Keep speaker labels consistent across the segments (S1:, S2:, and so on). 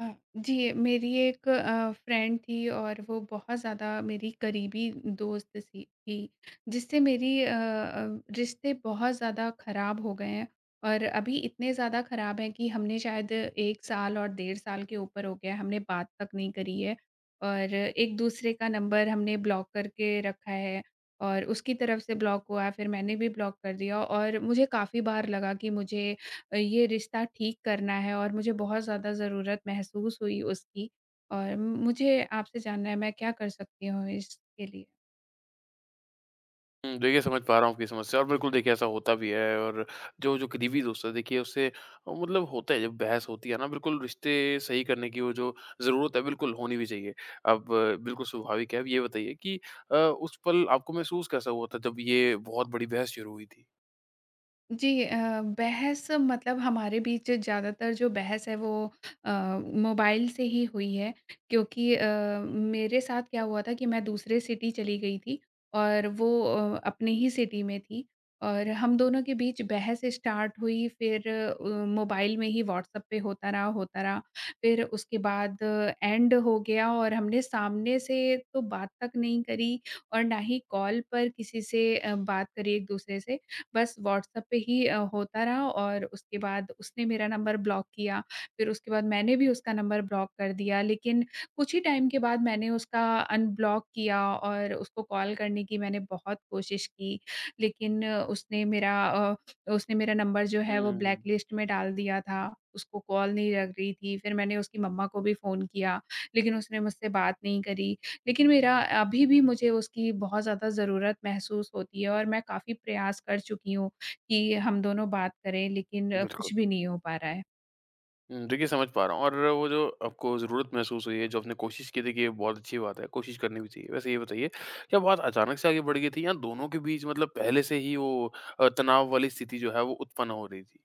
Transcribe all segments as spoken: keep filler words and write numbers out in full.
S1: अ, जी, मेरी एक अ, फ्रेंड थी और वो बहुत ज़्यादा मेरी करीबी दोस्त सी थी, जिससे मेरी अ अ, रिश्ते बहुत ज़्यादा ख़राब हो गए हैं और अभी इतने ज़्यादा ख़राब हैं कि हमने शायद एक साल और डेढ़ साल के ऊपर हो गया है, हमने बात तक नहीं करी है और एक-दूसरे का नंबर हमने ब्लॉक करके रखा है और उसकी तरफ से ब्लॉक हुआ, फिर मैंने भी ब्लॉक कर दिया और मुझे काफ़ी बार लगा कि मुझे अ, ये रिश्ता ठीक करना है और मुझे बहुत ज़्यादा ज़रूरत महसूस हुई उसकी और मुझे आपसे जानना है मैं क्या कर सकती हूँ इसके लिए?
S2: हुँ, देखिए समझ पा रहा हूँ आपकी समस्या और बिल्कुल देखिए ऐसा होता भी है और जो जो करीबी दोस्त है देखिए उससे अ, मतलब होता है जब बहस होती है ना बिल्कुल रिश्ते सही करने की वो जो ज़रूरत है बिल्कुल होनी भी चाहिए। अब अ, बिल्कुल स्वाभाविक है। अब ये बताइए कि अ, उस पल आपको महसूस कैसा हुआ था जब ये बहुत बड़ी बहस शुरू हुई थी?
S1: जी, अ, बहस मतलब हमारे बीच ज़्यादातर जो बहस है वो अ, मोबाइल से ही हुई है क्योंकि अ, मेरे साथ क्या हुआ था कि मैं दूसरे सिटी चली गई थी और वो अ, अपने ही सिटी में थी और हम दोनों के बीच बहस स्टार्ट हुई फिर अ, मोबाइल में ही व्हाट्सएप पे होता रहा होता रहा फिर उसके बाद एंड हो गया और हमने सामने से तो बात तक नहीं करी और ना ही कॉल पर किसी से अ, बात करी एक दूसरे से बस व्हाट्सएप पे ही अ, होता रहा और उसके बाद उसने मेरा नंबर ब्लॉक किया, फिर उसके बाद मैंने भी उसका नंबर ब्लॉक कर दिया। लेकिन कुछ ही टाइम के बाद मैंने उसका अनब्लॉक किया और उसको कॉल करने की मैंने बहुत कोशिश की, लेकिन उसने मेरा अ, उसने मेरा नंबर जो है वो ब्लैक
S2: हुँ,
S1: लिस्ट में डाल दिया था, उसको कॉल नहीं लग रही थी। फिर मैंने उसकी मम्मा को भी फ़ोन किया, लेकिन उसने मुझसे बात नहीं करी। लेकिन मेरा अभी भी मुझे उसकी बहुत ज़्यादा ज़रूरत महसूस होती है और मैं काफ़ी प्रयास कर चुकी हूँ कि हम दोनों बात करें लेकिन अ,
S2: बिल्कुल।
S1: कुछ भी नहीं हो पा रहा है।
S2: हुँ, देखिए समझ पा रहा हूँ और वो जो आपको ज़रूरत महसूस हुई है, जो आपने कोशिश की देखिए बहुत अच्छी बात है, कोशिश करनी भी चाहिए। वैसे ये बताइए, क्या बात अचानक से आगे बढ़ गई थी या दोनों के बीच मतलब पहले से ही वो अ, तनाव वाली स्थिति जो है वो उत्पन्न हो रही थी?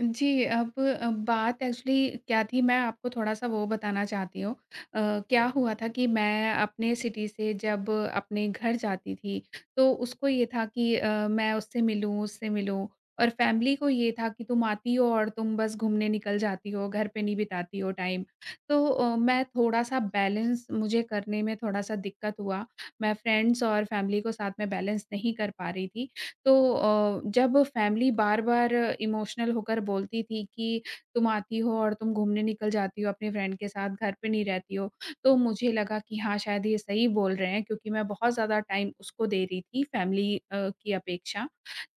S1: जी, अब अ, बात एक्चुअली क्या थी मैं आपको थोड़ा-सा वो बताना चाहती हूँ। अ, क्या हुआ था कि मैं अपने सिटी से जब अपने घर जाती थी, तो उसको ये था कि अ, मैं उससे मिलूँ, उससे मिलूँ और फैमिली को ये था कि तुम आती हो और तुम बस घूमने निकल जाती हो, घर पे नहीं बिताती हो टाइम। तो अ, मैं थोड़ा-सा बैलेंस मुझे करने में थोड़ा-सा दिक्कत हुआ। मैं फ्रेंड्स और फैमिली को साथ में बैलेंस नहीं कर पा रही थी। तो अ, जब फैमिली बार-बार इमोशनल होकर बोलती थी कि तुम आती हो और तुम घूमने निकल जाती हो अपने फ्रेंड के साथ, घर पे नहीं रहती हो, तो मुझे लगा कि हाँ, शायद ये सही बोल रहे हैं क्योंकि मैं बहुत ज़्यादा टाइम उसको दे रही थी फैमिली अ, की अपेक्षा।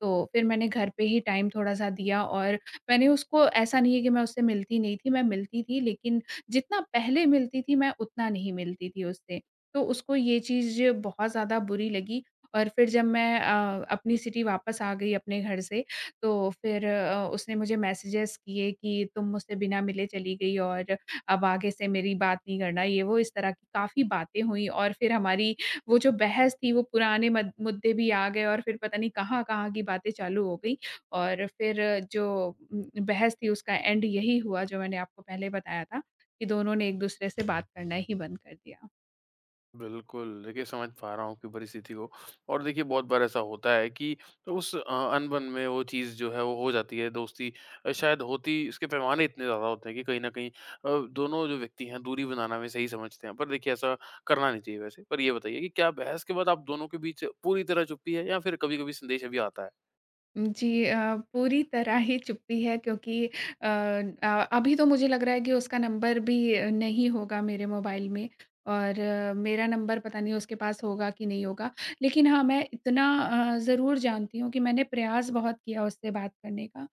S1: तो फिर मैंने घर पे ही टाइम थोड़ा-सा दिया और मैंने उसको ऐसा नहीं है कि मैं उससे मिलती नहीं थी, मैं मिलती थी लेकिन जितना पहले मिलती थी मैं उतना नहीं मिलती थी उससे। तो उसको ये चीज़ बहुत ज़्यादा बुरी लगी और फिर जब मैं अ, अपनी सिटी वापस आ गई अपने घर से, तो फिर अ, उसने मुझे मैसेजेस किए कि तुम मुझसे बिना मिले चली गई और अब आगे से मेरी बात नहीं करना, ये वो इस तरह की काफ़ी बातें हुई और फिर हमारी वो जो बहस थी वो पुराने मद मुद्दे भी आ गए और फिर पता नहीं कहाँ-कहाँ की बातें चालू हो गई और फिर जो उम, बहस थी उसका एंड यही हुआ जो मैंने आपको पहले बताया था, कि दोनों ने एक-दूसरे से बात करना ही बंद कर दिया।
S2: बिल्कुल। देखिए, समझ पा रहा हूँ आपकी परिस्थिति को और देखिए बहुत बार ऐसा होता है कि उस अ, अनबन में वो चीज़ जो है वो हो जाती है, दोस्ती अ, शायद होती उसके पैमाने इतने ज़्यादा होते हैं कि कहीं न कहीं अ, दोनों जो व्यक्ति हैं दूरी बनाना भी सही समझते हैं। पर देखिए ऐसा करना नहीं चाहिए वैसे। पर ये बताइए कि क्या बहस के बाद आप दोनों के बीच पूरी तरह चुप्पी है या फिर कभी-कभी संदेश भी आता है?
S1: जी, अ, पूरी तरह ही चुप्पी है क्योंकि अ, अ, अभी तो मुझे लग रहा है कि उसका नंबर भी नहीं होगा मेरे मोबाइल में और अ, मेरा नंबर पता नहीं उसके पास होगा कि नहीं होगा। लेकिन हाँ, मैं इतना अ, ज़रूर जानती हूँ कि मैंने प्रयास बहुत किया उससे बात करने का।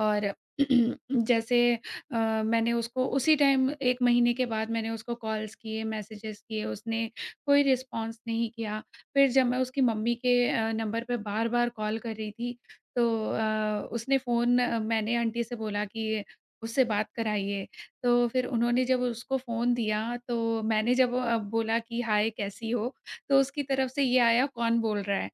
S1: और जैसे अ, मैंने उसको उसी टाइम एक महीने के बाद मैंने उसको कॉल्स किए, मैसेजेस किए, उसने कोई रिस्पॉन्स नहीं किया। फिर जब मैं उसकी मम्मी के अ, नंबर पे बार-बार कॉल कर रही थी, तो अ, उसने फ़ोन मैंने आंटी से बोला कि उससे बात कराइए। तो फिर उन्होंने जब उसको फ़ोन दिया, तो मैंने जब अ, बोला कि हाय, कैसी हो? तो उसकी तरफ से ये आया, "कौन बोल रहा है?"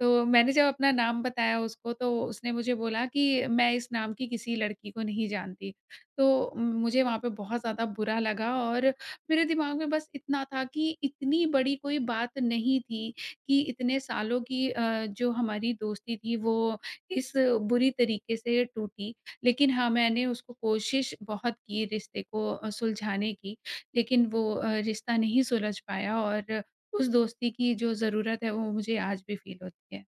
S1: तो मैंने जब अपना नाम बताया उसको तो उसने मुझे बोला कि मैं इस नाम की किसी लड़की को नहीं जानती। तो मुझे वहाँ पे बहुत ज़्यादा बुरा लगा और मेरे दिमाग में बस इतना था कि इतनी बड़ी कोई बात नहीं थी कि इतने सालों की अ, जो हमारी दोस्ती थी वो इस बुरी तरीके से टूटी। लेकिन हाँ, मैंने उसको कोशिश बहुत की रिश्ते को अ, सुलझाने की, लेकिन वो अ, रिश्ता नहीं सुलझ पाया और उस दोस्ती की जो ज़रूरत है वो मुझे आज भी फ़ील होती है।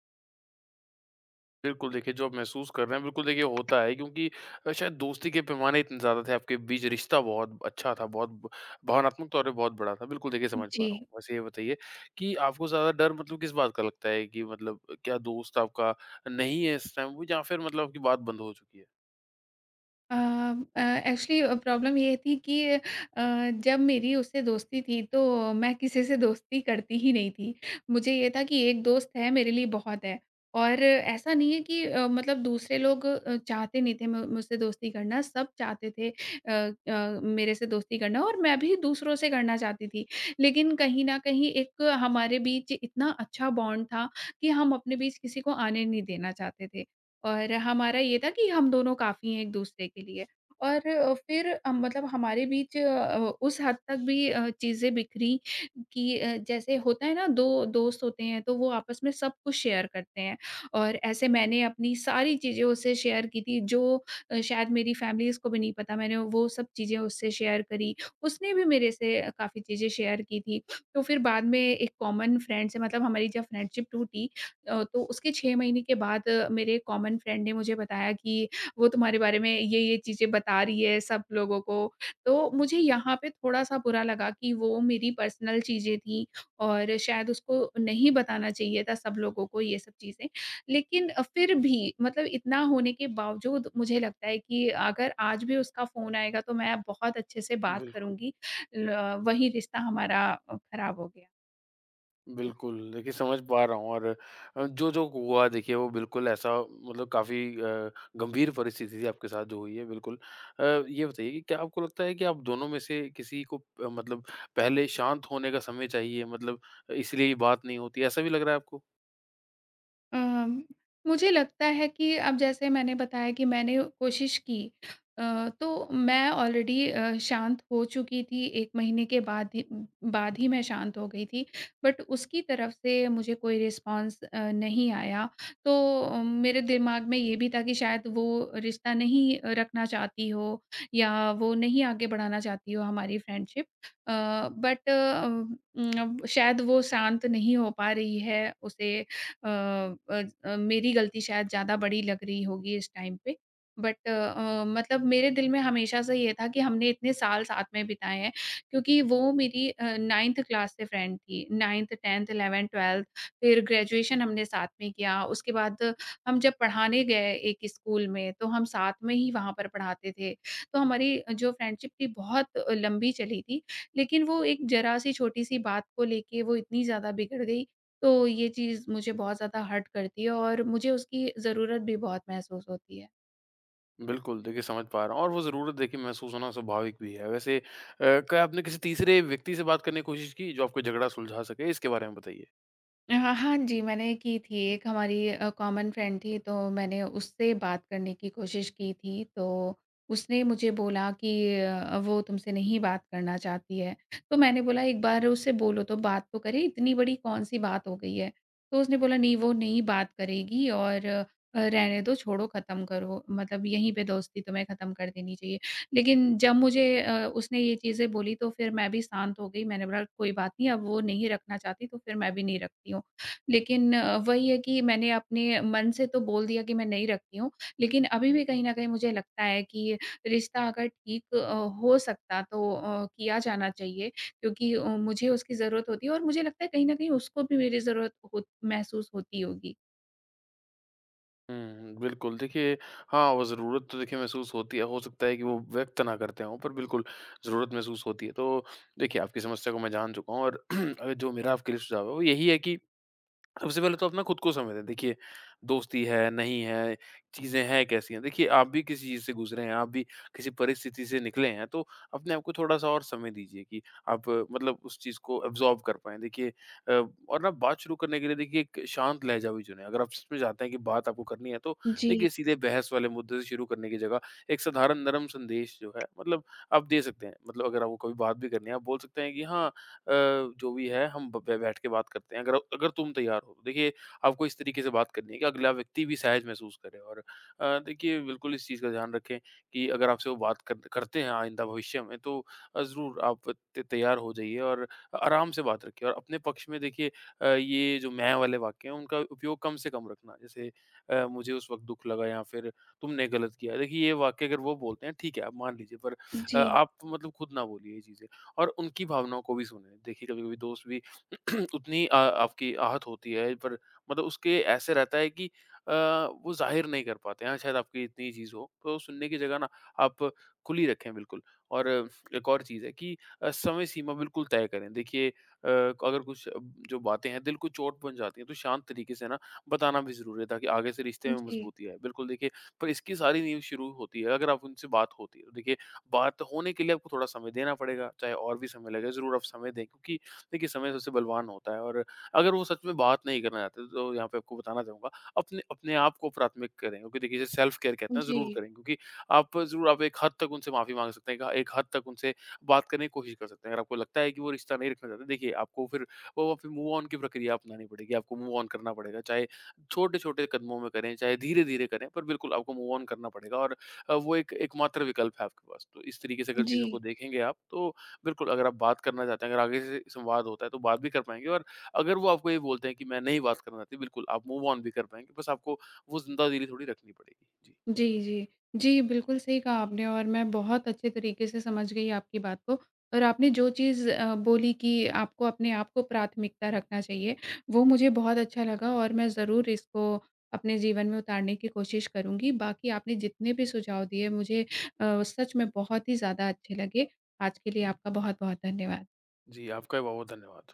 S2: बिल्कुल, देखिए जो आप महसूस कर रहे हैं बिल्कुल देखिए होता है क्योंकि अ, शायद दोस्ती के पैमाने इतने ज़्यादा थे, आपके बीच रिश्ता बहुत अच्छा था, बहुत ब भावनात्मक तौर पे बहुत बड़ा था। बिल्कुल देखिए समझ पा
S1: जी।
S2: रहा हूँ। वैसे ये बताइए कि आपको ज़्यादा डर मतलब किस बात का लगता है कि मतलब क्या दोस्त आपका नहीं है इस टाइम वो या फिर मतलब आपकी बात बंद हो चुकी है?
S1: अ अ, एक्चुअली प्रॉब्लम ये थी कि अ, जब मेरी उससे दोस्ती थी तो मैं किसी से दोस्ती करती ही नहीं थी। मुझे ये था कि एक दोस्त है मेरे लिए बहुत है और ऐसा नहीं है कि अ, मतलब दूसरे लोग अ, चाहते नहीं थे मु मुझसे दोस्ती करना, सब चाहते थे अ अ, मेरे से दोस्ती करना और मैं भी दूसरों से करना चाहती थी। लेकिन कहीं न कहीं एक हमारे बीच इतना अच्छा बॉन्ड था कि हम अपने बीच किसी को आने नहीं देना चाहते थे। और हमारा ये था कि हम दोनों काफ़ी हैं एक-दूसरे के लिए और अ, फिर अ, मतलब हमारे बीच अ, उस हद तक भी अ, चीज़ें बिखरी कि अ, जैसे होता है ना दो दोस्त होते हैं तो वो आपस में सब कुछ शेयर करते हैं और ऐसे मैंने अपनी सारी चीज़ें उससे शेयर की थी जो अ, शायद मेरी फैमिलीज़ को भी नहीं पता मैंने वो सब चीज़ें उससे शेयर करी। उसने भी मेरे से काफ़ी चीज़ें शेयर की थी। तो फिर बाद में एक कॉमन फ्रेंड से मतलब हमारी जब फ्रेंडशिप टूटी अ, तो उसके छह महीने के बाद अ, मेरे कॉमन फ्रेंड ने मुझे बताया कि वो तुम्हारे बारे में ये-ये चीज़ें बता रही है सब लोगों को। तो मुझे यहाँ पे थोड़ा-सा बुरा लगा कि वो मेरी पर्सनल चीज़ें थी और शायद उसको नहीं बताना चाहिए था सब लोगों को ये सब चीज़ें। लेकिन अ, फिर भी मतलब इतना होने के बावजूद मुझे लगता है कि अगर आज भी उसका फ़ोन आएगा तो मैं बहुत अच्छे से बात
S2: बिल्कुल।
S1: करूँगी। ल वही रिश्ता हमारा अ, खराब हो गया।
S2: बिल्कुल, देखिए समझ पा रहा हूँ और अ, जो-जो हुआ देखिए वो बिल्कुल ऐसा मतलब काफ़ी अ, गंभीर परिस्थिति थी आपके साथ जो हुई है बिल्कुल। अ, ये बताइए कि क्या आपको लगता है कि आप दोनों में से किसी को अ, मतलब पहले शांत होने का समय चाहिए मतलब इसलिए ये बात नहीं होती, ऐसा भी लग रहा है आपको?
S1: अम, मुझे लगता है कि अब जैसे मैंने बताया कि मैंने कोशिश की अ, तो मैं ऑलरेडी अ, शांत हो चुकी थी एक महीने के बाद ही बाद ही मैं शांत हो गई थी। बट उसकी तरफ से मुझे कोई रिस्पॉन्स अ, नहीं आया। तो अ, मेरे दिमाग में ये भी था कि शायद वो रिश्ता नहीं रखना चाहती हो या वो नहीं आगे बढ़ाना चाहती हो हमारी फ्रेंडशिप। अ, बट अ, उम, शायद वो शांत नहीं हो पा रही है, उसे अ अ अ, मेरी गलती शायद ज़्यादा बड़ी लग रही होगी इस टाइम पे। बट अ, मतलब मेरे दिल में हमेशा से ये था कि हमने इतने साल साथ में बिताए हैं क्योंकि वो मेरी अ, नाइंथ क्लास से फ्रेंड थी। नाइंथ, टेंथ, इलेवेंथ, ट्वेल्थ फिर ग्रेजुएशन हमने साथ में किया। उसके बाद हम जब पढ़ाने गए एक स्कूल में तो हम साथ में ही वहाँ पर पढ़ाते थे। तो हमारी जो फ्रेंडशिप थी बहुत लंबी चली थी। लेकिन वो एक ज़रा-सी छोटी-सी बात को लेके वो इतनी ज़्यादा बिगड़ गई तो ये चीज़ मुझे बहुत ज़्यादा हर्ट करती है और मुझे उसकी ज़रूरत भी बहुत महसूस होती है।
S2: बिल्कुल, देखिए समझ पा रहा हूँ और वो ज़रूरत देखिए महसूस होना स्वाभाविक भी है। वैसे अ, क्या आपने किसी तीसरे व्यक्ति से बात करने की कोशिश की जो आपको झगड़ा सुलझा सके? इसके बारे में बताइए।
S1: हाँ, हाँ जी, मैंने की थी एक हमारी अ, कॉमन फ्रेंड थी तो मैंने उससे बात करने की कोशिश की थी। तो उसने मुझे बोला कि अ, वो तुमसे नहीं बात करना चाहती है। तो मैंने बोला एक बार उससे बोलो तो बात तो करे, इतनी बड़ी कौन-सी बात हो गई है। तो उसने बोला नहीं वो नहीं बात करेगी और अ, रहने दो, छोड़ो ख़त्म करो, मतलब यहीं पे दोस्ती तुम्हें ख़त्म कर देनी चाहिए। लेकिन जब मुझे अ, उसने ये चीज़ें बोली तो फिर मैं भी शांत हो गई। मैंने बोला कोई बात नहीं अब वो नहीं रखना चाहती तो फिर मैं भी नहीं रखती हूँ। लेकिन अ, वही है कि मैंने अपने मन से तो बोल दिया कि मैं नहीं रखती हूँ, लेकिन अभी भी कहीं न कहीं मुझे लगता है कि रिश्ता अगर ठीक अ, हो सकता तो अ, किया जाना चाहिए क्योंकि अ, मुझे उसकी ज़रूरत होती है और मुझे लगता है कहीं न कहीं उसको भी मेरी ज़रूरत हो महसूस होती होगी।
S2: हुँ, बिल्कुल। देखिए हाँ, वो ज़रूरत तो देखिए महसूस होती है। हो सकता है कि वो व्यक्त ना करते हों, पर बिल्कुल ज़रूरत महसूस होती है। तो देखिए आपकी समस्या को मैं जान चुका हूँ और अ, जो मेरा आपके लिए सुझाव है वो यही है कि सबसे पहले तो अपना खुद को समय दें। देखिए, दोस्ती है, नहीं है, चीज़ें हैं कैसी हैं। देखिए, आप भी किसी चीज़ से गुज़रे हैं, आप भी किसी परिस्थिति से निकले हैं, तो अपने आप को थोड़ा-सा और समय दीजिए कि आप अ, मतलब उस चीज़ को एब्ज़ॉर्ब कर पाएँ। देखिए अ, और ना बात शुरू करने के लिए देखिए एक शांत लहज़ा भी चुनें। अगर आप सच में चाहते हैं कि बात आपको करनी है, तो
S1: जी,
S2: देखिए सीधे बहस वाले मुद्दे से शुरू करने की जगह एक साधारण नरम संदेश जो है मतलब आप दे सकते हैं। मतलब अगर आपको कभी बात भी करनी है, आप बोल सकते हैं कि हाँ अ, जो भी है हम ब बै बैठ के बात करते हैं, अगर अगर तुम तैयार हो। तो देखिए, आपको इस तरीके से बात करनी है कि अगला व्यक्ति भी सहज महसूस करे और अ, देखिए बिल्कुल इस चीज़ का ध्यान रखें कि अगर आपसे वो बात कर करते हैं आइंदा भविष्य में तो अ, ज़रूर आप त तैयार हो जाइए और आराम से बात रखिए और अपने पक्ष में देखिए अ, ये जो मैं वाले वाक्य हैं, उनका उपयोग कम से कम रखना। जैसे अ, मुझे उस वक़्त दुःख लगा या फिर तुमने गलत किया। देखिए, ये वाक्य अगर वो बोलते हैं, ठीक है, आप मान लीजिए पर अ,
S1: जी,
S2: आप मतलब खुद ना बोलिए ये चीज़ें। और उनकी भावनाओं को भी सुने। देखिए कभी-कभी दोस्त भी उतनी अ, आपकी आहत होती है पर मतलब उसके ऐसे रहता है कि अ, वो ज़ाहिर नहीं कर पाते हैं, हाँ, शायद आपकी इतनी चीज़ हो। तो सुनने की जगह ना आप खुली रखें बिल्कुल और एक और चीज़ है कि अ, समय सीमा बिल्कुल तय करें। देखिए अ, अगर कुछ अ, जो बातें हैं दिल को चोट पहुँचाती हैं तो शांत तरीके से ना बताना भी ज़रूरी है ताकि आगे से रिश्ते में
S1: जी,
S2: मज़बूती आए। बिल्कुल देखिए पर इसकी सारी नींव शुरू होती है अगर आप उनसे बात होती है। तो। देखिए बात तो होने के लिए आपको थोड़ा समय देना पड़ेगा, चाहे और भी समय लगे, ज़रूर आप समय दें क्योंकि देखिए समय सबसे बलवान होता है और अगर वो सच में बात नहीं करना चाहते, तो यहाँ पे आपको बताना चाहूँगा, अपने अपने आप को प्राथमिक करें क्योंकि देखिए जिसे सेल्फ केयर कहते हैं ज़रूर
S1: जी,
S2: करें क्योंकि आप ज़रूर आप एक हद तक उनसे माफ़ी माँग सकते हैं, एक हद तक उनसे बात करने की कोशिश कर सकते हैं। अगर आपको लगता है कि वो रिश्ता नहीं रखना चाहते, देखिए आपको फिर वो फिर मूव ऑन की प्रक्रिया अपनानी पड़ेगी, आपको मूव ऑन करना पड़ेगा, चाहे छोटे-छोटे कदमों में करें, चाहे धीरे-धीरे करें, पर बिल्कुल आपको मूव ऑन करना पड़ेगा और अ, वो एक एकमात्र विकल्प है आपके पास। तो इस तरीके से अगर
S1: जी।
S2: चीज़ों को देखेंगे आप तो बिल्कुल अगर आप बात करना चाहते हैं, अगर आगे से संवाद होता है तो बात भी कर पाएँगे और अगर वो आपको ये बोलते हैं कि मैं नहीं बात करना चाहती, बिल्कुल आप मूव ऑन भी कर पाएँगे। बस आपको वो ज़िंदा दिली थोड़ी रखनी पड़ेगी। जी।
S1: जी, जी। जी, बिल्कुल सही कहा आपने और मैं बहुत अच्छे तरीके से समझ गई आपकी बात को और आपने जो चीज़ अ, बोली कि आपको अपने आप को प्राथमिकता रखना चाहिए, वो मुझे बहुत अच्छा लगा और मैं ज़रूर इसको अपने जीवन में उतारने की कोशिश करूँगी। बाकी आपने जितने भी सुझाव दिए मुझे अ, सच में बहुत ही ज़्यादा अच्छे लगे। आज के लिए आपका बहुत-बहुत धन्यवाद।
S2: जी, आपका भी बहुत-बहुत धन्यवाद।